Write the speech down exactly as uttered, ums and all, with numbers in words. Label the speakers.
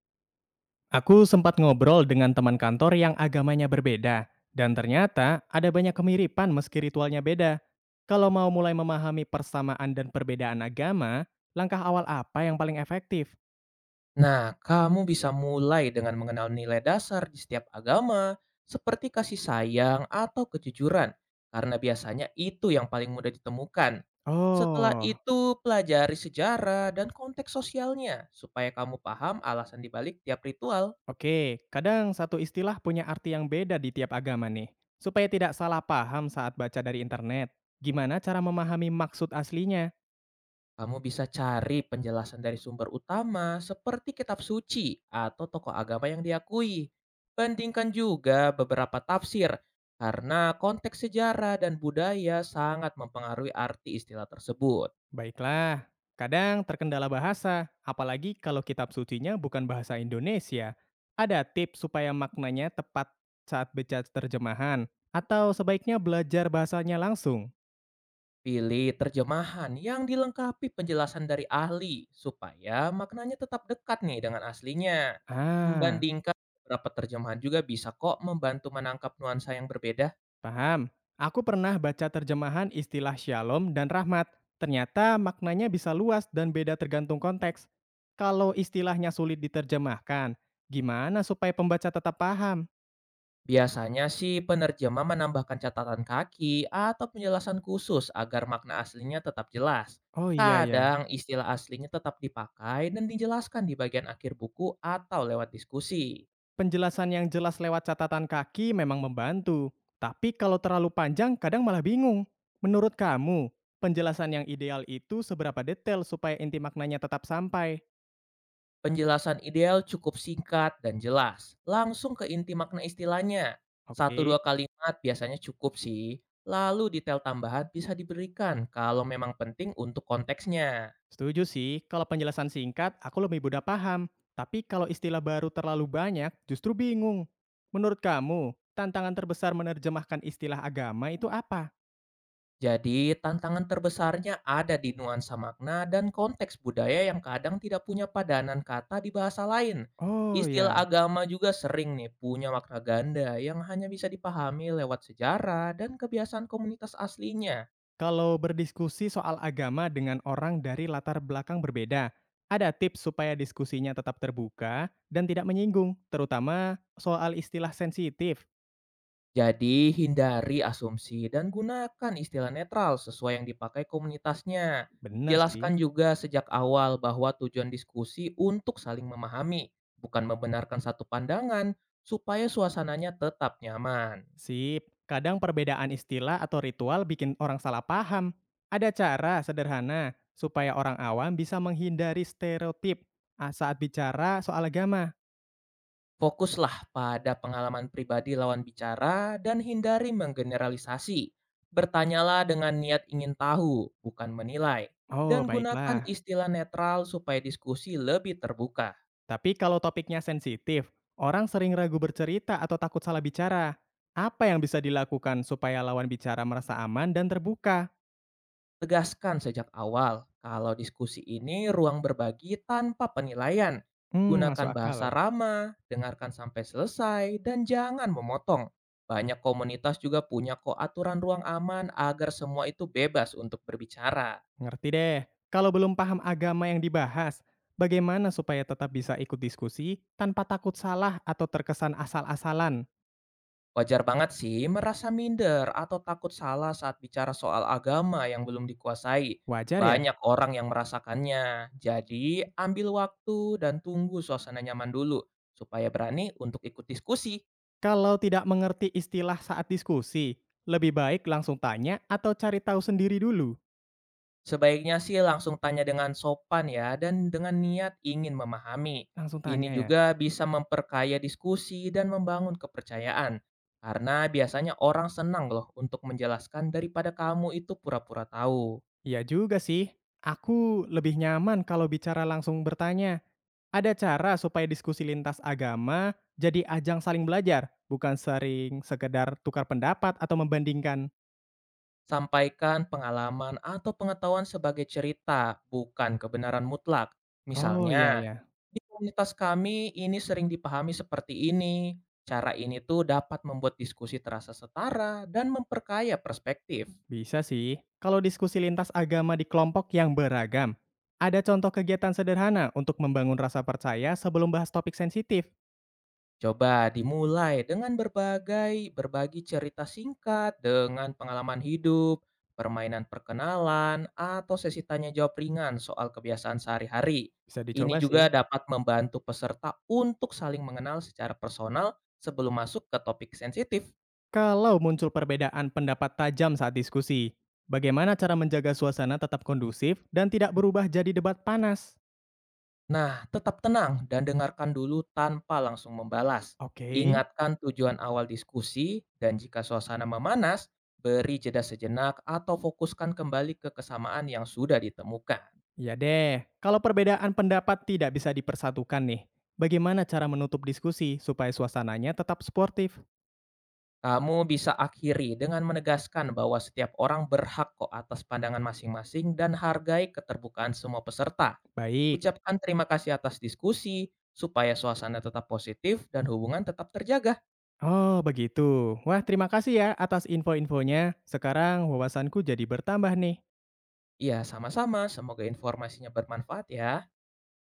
Speaker 1: Aku sempat ngobrol dengan teman kantor yang agamanya berbeda, dan ternyata ada banyak kemiripan meski ritualnya beda. Kalau mau mulai memahami persamaan dan perbedaan agama, langkah awal apa yang paling efektif?
Speaker 2: Nah, kamu bisa mulai dengan mengenal nilai dasar di setiap agama, seperti kasih sayang atau kejujuran, karena biasanya itu yang paling mudah ditemukan. Setelah
Speaker 1: Oh,
Speaker 2: itu, pelajari sejarah dan konteks sosialnya supaya kamu paham alasan dibalik tiap ritual.
Speaker 1: oke. Kadang satu istilah punya arti yang beda di tiap agama nih. Supaya tidak salah paham saat baca dari internet. Gimana cara memahami maksud aslinya?
Speaker 2: Kamu bisa cari penjelasan dari sumber utama seperti kitab suci atau tokoh agama yang diakui. Bandingkan juga beberapa tafsir karena konteks sejarah dan budaya sangat mempengaruhi arti istilah tersebut.
Speaker 1: Baiklah, kadang terkendala bahasa, apalagi kalau kitab sucinya bukan bahasa Indonesia. Ada tips supaya maknanya tepat saat baca terjemahan, atau sebaiknya belajar bahasanya langsung?
Speaker 2: Pilih terjemahan yang dilengkapi penjelasan dari ahli supaya maknanya tetap dekat nih dengan aslinya.
Speaker 1: Ah,
Speaker 2: Membandingkan beberapa terjemahan juga bisa kok membantu menangkap nuansa yang berbeda.
Speaker 1: paham. Aku pernah baca terjemahan istilah shalom dan rahmat. Ternyata maknanya bisa luas dan beda tergantung konteks. Kalau istilahnya sulit diterjemahkan, gimana supaya pembaca tetap paham?
Speaker 2: Biasanya sih penerjemah menambahkan catatan kaki atau penjelasan khusus agar makna aslinya tetap jelas.
Speaker 1: Oh iya ya.
Speaker 2: Kadang istilah aslinya tetap dipakai dan dijelaskan di bagian akhir buku atau lewat diskusi.
Speaker 1: Penjelasan yang jelas lewat catatan kaki memang membantu, tapi kalau terlalu panjang kadang malah bingung. Menurut kamu, penjelasan yang ideal itu seberapa detail supaya inti maknanya tetap sampai?
Speaker 2: Penjelasan ideal cukup singkat dan jelas, langsung ke inti makna istilahnya. Satu
Speaker 1: Oke,
Speaker 2: dua kalimat biasanya cukup sih, lalu detail tambahan bisa diberikan kalau memang penting untuk konteksnya.
Speaker 1: setuju sih. Kalau penjelasan singkat, aku lebih mudah paham. Tapi kalau istilah baru terlalu banyak, justru bingung. Menurut kamu, tantangan terbesar menerjemahkan istilah agama itu apa?
Speaker 2: Jadi, tantangan terbesarnya ada di nuansa makna dan konteks budaya yang kadang tidak punya padanan kata di bahasa lain.
Speaker 1: Oh
Speaker 2: Istilah
Speaker 1: ya.
Speaker 2: agama juga sering nih punya makna ganda yang hanya bisa dipahami lewat sejarah dan kebiasaan komunitas aslinya.
Speaker 1: Kalau berdiskusi soal agama dengan orang dari latar belakang berbeda, ada tips supaya diskusinya tetap terbuka dan tidak menyinggung, terutama soal istilah sensitif.
Speaker 2: Jadi, hindari asumsi dan gunakan istilah netral sesuai yang dipakai komunitasnya.
Speaker 1: Bener sih.
Speaker 2: Jelaskan juga sejak awal bahwa tujuan diskusi untuk saling memahami, bukan membenarkan satu pandangan, supaya suasananya tetap nyaman.
Speaker 1: Sip, kadang perbedaan istilah atau ritual bikin orang salah paham. Ada cara sederhana supaya orang awam bisa menghindari stereotip ah, saat bicara soal agama.
Speaker 2: Fokuslah pada pengalaman pribadi lawan bicara dan hindari menggeneralisasi. Bertanyalah dengan niat ingin tahu, bukan menilai. Dan
Speaker 1: Oh,
Speaker 2: gunakan
Speaker 1: baiklah.
Speaker 2: istilah netral supaya diskusi lebih terbuka.
Speaker 1: Tapi kalau topiknya sensitif, orang sering ragu bercerita atau takut salah bicara. Apa yang bisa dilakukan supaya lawan bicara merasa aman dan terbuka?
Speaker 2: Tegaskan sejak awal kalau diskusi ini ruang berbagi tanpa penilaian.
Speaker 1: Hmm, masuk
Speaker 2: Gunakan
Speaker 1: akal.
Speaker 2: bahasa ramah, dengarkan sampai selesai, dan jangan memotong. Banyak komunitas juga punya kok aturan ruang aman agar semua itu bebas untuk berbicara.
Speaker 1: Ngerti deh. Kalau belum paham agama yang dibahas, bagaimana supaya tetap bisa ikut diskusi tanpa takut salah atau terkesan asal-asalan?
Speaker 2: Wajar banget sih merasa minder atau takut salah saat bicara soal agama yang belum dikuasai.
Speaker 1: Wajar ya?
Speaker 2: Banyak orang yang merasakannya. Jadi, ambil waktu dan tunggu suasana nyaman dulu supaya berani untuk ikut diskusi.
Speaker 1: Kalau tidak mengerti istilah saat diskusi, lebih baik langsung tanya atau cari tahu sendiri dulu.
Speaker 2: Sebaiknya sih langsung tanya dengan sopan ya dan dengan niat ingin memahami.
Speaker 1: Langsung
Speaker 2: Ini
Speaker 1: tanya ya.
Speaker 2: juga bisa memperkaya diskusi dan membangun kepercayaan. Karena biasanya orang senang loh untuk menjelaskan daripada kamu itu pura-pura tahu.
Speaker 1: Iya juga sih. Aku lebih nyaman kalau bicara langsung bertanya. Ada cara supaya diskusi lintas agama jadi ajang saling belajar, bukan sering sekedar tukar pendapat atau membandingkan.
Speaker 2: Sampaikan pengalaman atau pengetahuan sebagai cerita, bukan kebenaran mutlak.
Speaker 1: Oh iya
Speaker 2: Misalnya,
Speaker 1: ya,
Speaker 2: di komunitas kami ini sering dipahami seperti ini. Cara ini tuh dapat membuat diskusi terasa setara dan memperkaya perspektif.
Speaker 1: bisa sih. Kalau diskusi lintas agama di kelompok yang beragam, ada contoh kegiatan sederhana untuk membangun rasa percaya sebelum bahas topik sensitif.
Speaker 2: Coba dimulai dengan berbagai berbagi cerita singkat dengan pengalaman hidup, permainan perkenalan, atau sesi tanya jawab ringan soal kebiasaan sehari-hari.
Speaker 1: Bisa
Speaker 2: Ini
Speaker 1: dicoba
Speaker 2: juga
Speaker 1: sih.
Speaker 2: dapat membantu peserta untuk saling mengenal secara personal sebelum masuk ke topik sensitif.
Speaker 1: Kalau muncul perbedaan pendapat tajam saat diskusi, bagaimana cara menjaga suasana tetap kondusif dan tidak berubah jadi debat panas?
Speaker 2: Nah, tetap tenang dan dengarkan dulu tanpa langsung membalas.
Speaker 1: Oke,
Speaker 2: Ingatkan tujuan awal diskusi, dan jika suasana memanas, beri jeda sejenak atau fokuskan kembali ke kesamaan yang sudah ditemukan.
Speaker 1: ya deh. Kalau perbedaan pendapat tidak bisa dipersatukan nih, bagaimana cara menutup diskusi supaya suasananya tetap sportif?
Speaker 2: Kamu bisa akhiri dengan menegaskan bahwa setiap orang berhak kok atas pandangan masing-masing dan hargai keterbukaan semua peserta.
Speaker 1: Baik.
Speaker 2: Ucapkan terima kasih atas diskusi, supaya suasana tetap positif dan hubungan tetap terjaga.
Speaker 1: Oh, begitu. Wah, terima kasih ya atas info-infonya. Sekarang wawasanku jadi bertambah nih.
Speaker 2: Ya, sama-sama. Semoga informasinya bermanfaat ya.